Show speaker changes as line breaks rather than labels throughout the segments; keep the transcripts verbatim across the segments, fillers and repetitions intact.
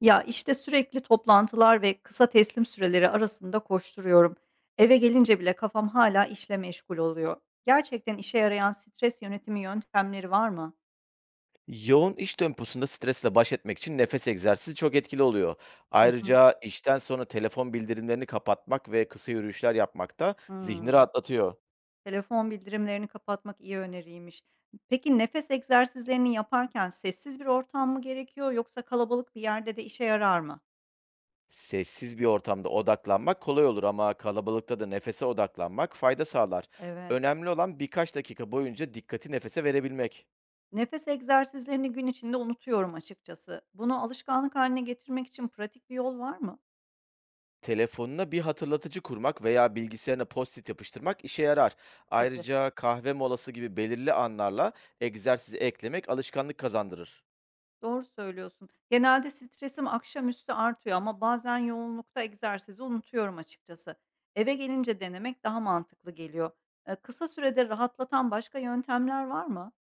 Ya, işte, sürekli toplantılar ve kısa teslim süreleri arasında koşturuyorum. Eve gelince bile kafam hala işle meşgul oluyor. Gerçekten işe yarayan stres yönetimi yöntemleri var mı?
Yoğun iş temposunda stresle baş etmek için nefes egzersizi çok etkili oluyor.
Hı hı.
Ayrıca işten sonra telefon bildirimlerini kapatmak ve kısa yürüyüşler yapmak da zihni
Hımm.
rahatlatıyor.
Telefon bildirimlerini kapatmak iyi öneriymiş. Peki nefes egzersizlerini yaparken sessiz bir ortam mı gerekiyor yoksa kalabalık bir yerde de işe yarar mı?
Sessiz bir ortamda odaklanmak kolay olur ama kalabalıkta da nefese odaklanmak fayda sağlar.
Evet.
Önemli olan birkaç dakika boyunca dikkati nefese verebilmek.
Nefes egzersizlerini gün içinde unutuyorum açıkçası. Bunu alışkanlık haline getirmek için pratik bir yol var mı?
Telefonuna bir hatırlatıcı kurmak veya bilgisayarına post-it yapıştırmak işe yarar.
Tabii.
Ayrıca kahve molası gibi belirli anlarla egzersizi eklemek alışkanlık kazandırır.
Doğru söylüyorsun. Genelde stresim akşamüstü artıyor ama bazen yoğunlukta egzersizi unutuyorum açıkçası. Eve gelince denemek daha mantıklı geliyor. Ee, kısa sürede rahatlatan başka yöntemler var mı?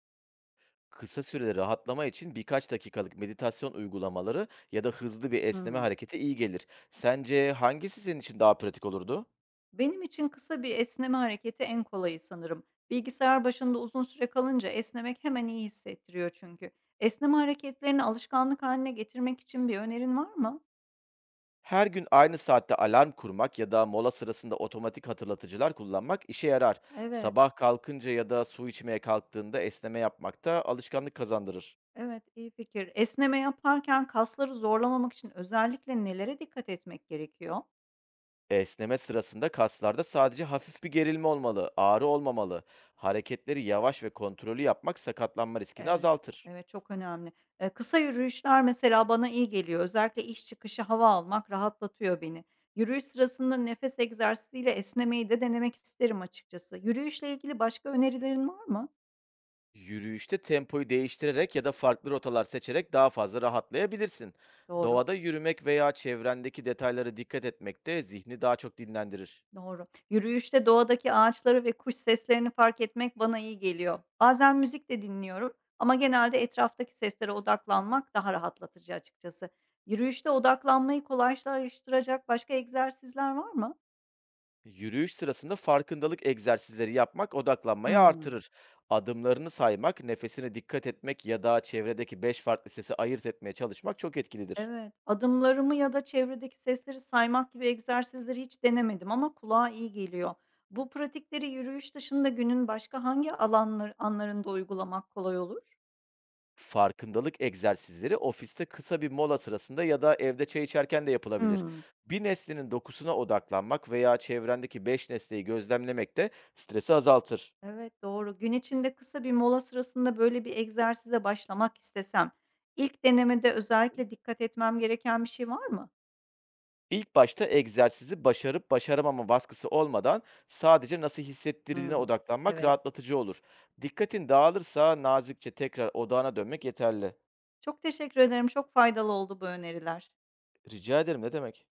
Kısa süreli rahatlama için birkaç dakikalık meditasyon uygulamaları ya da hızlı bir esneme
Hmm.
hareketi iyi gelir. Sence hangisi senin için daha pratik olurdu?
Benim için kısa bir esneme hareketi en kolayı sanırım. Bilgisayar başında uzun süre kalınca esnemek hemen iyi hissettiriyor çünkü. Esneme hareketlerini alışkanlık haline getirmek için bir önerin var mı?
Her gün aynı saatte alarm kurmak ya da mola sırasında otomatik hatırlatıcılar kullanmak işe yarar.
Evet.
Sabah kalkınca ya da su içmeye kalktığında esneme yapmak da alışkanlık kazandırır.
Evet, iyi fikir. Esneme yaparken kasları zorlamamak için özellikle nelere dikkat etmek gerekiyor?
Esneme sırasında kaslarda sadece hafif bir gerilme olmalı, ağrı olmamalı. Hareketleri yavaş ve kontrollü yapmak sakatlanma riskini
Evet,
azaltır.
evet çok önemli. Eee, kısa yürüyüşler mesela bana iyi geliyor. Özellikle iş çıkışı hava almak rahatlatıyor beni. Yürüyüş sırasında nefes egzersiziyle esnemeyi de denemek isterim açıkçası. Yürüyüşle ilgili başka önerilerin var mı?
Yürüyüşte tempoyu değiştirerek ya da farklı rotalar seçerek daha fazla rahatlayabilirsin.
Doğru.
Doğada yürümek veya çevrendeki detaylara dikkat etmek de zihni daha çok dinlendirir.
Doğru. Yürüyüşte doğadaki ağaçları ve kuş seslerini fark etmek bana iyi geliyor. Bazen müzik de dinliyorum ama genelde etraftaki seslere odaklanmak daha rahatlatıcı açıkçası. Yürüyüşte odaklanmayı kolaylaştıracak başka egzersizler var mı?
Yürüyüş sırasında farkındalık egzersizleri yapmak odaklanmayı
Hmm.
artırır. Adımlarını saymak, nefesine dikkat etmek ya da çevredeki beş farklı sesi ayırt etmeye çalışmak çok etkilidir.
Evet. Adımlarımı ya da çevredeki sesleri saymak gibi egzersizleri hiç denemedim ama kulağa iyi geliyor. Bu pratikleri yürüyüş dışında günün başka hangi alanlar, anlarında uygulamak kolay olur?
Farkındalık egzersizleri ofiste kısa bir mola sırasında ya da evde çay içerken de yapılabilir.
Hmm.
Bir nesnenin dokusuna odaklanmak veya çevrendeki beş nesneyi gözlemlemek de stresi azaltır.
Evet, doğru. Gün içinde kısa bir mola sırasında böyle bir egzersize başlamak istesem, ilk denemede özellikle dikkat etmem gereken bir şey var mı?
İlk başta egzersizi başarıp başaramama baskısı olmadan sadece nasıl hissettirdiğine
Hımm.
odaklanmak
Evet.
rahatlatıcı olur. Dikkatin dağılırsa nazikçe tekrar odağına dönmek yeterli.
Çok teşekkür ederim. Çok faydalı oldu bu öneriler.
Rica ederim, ne demek?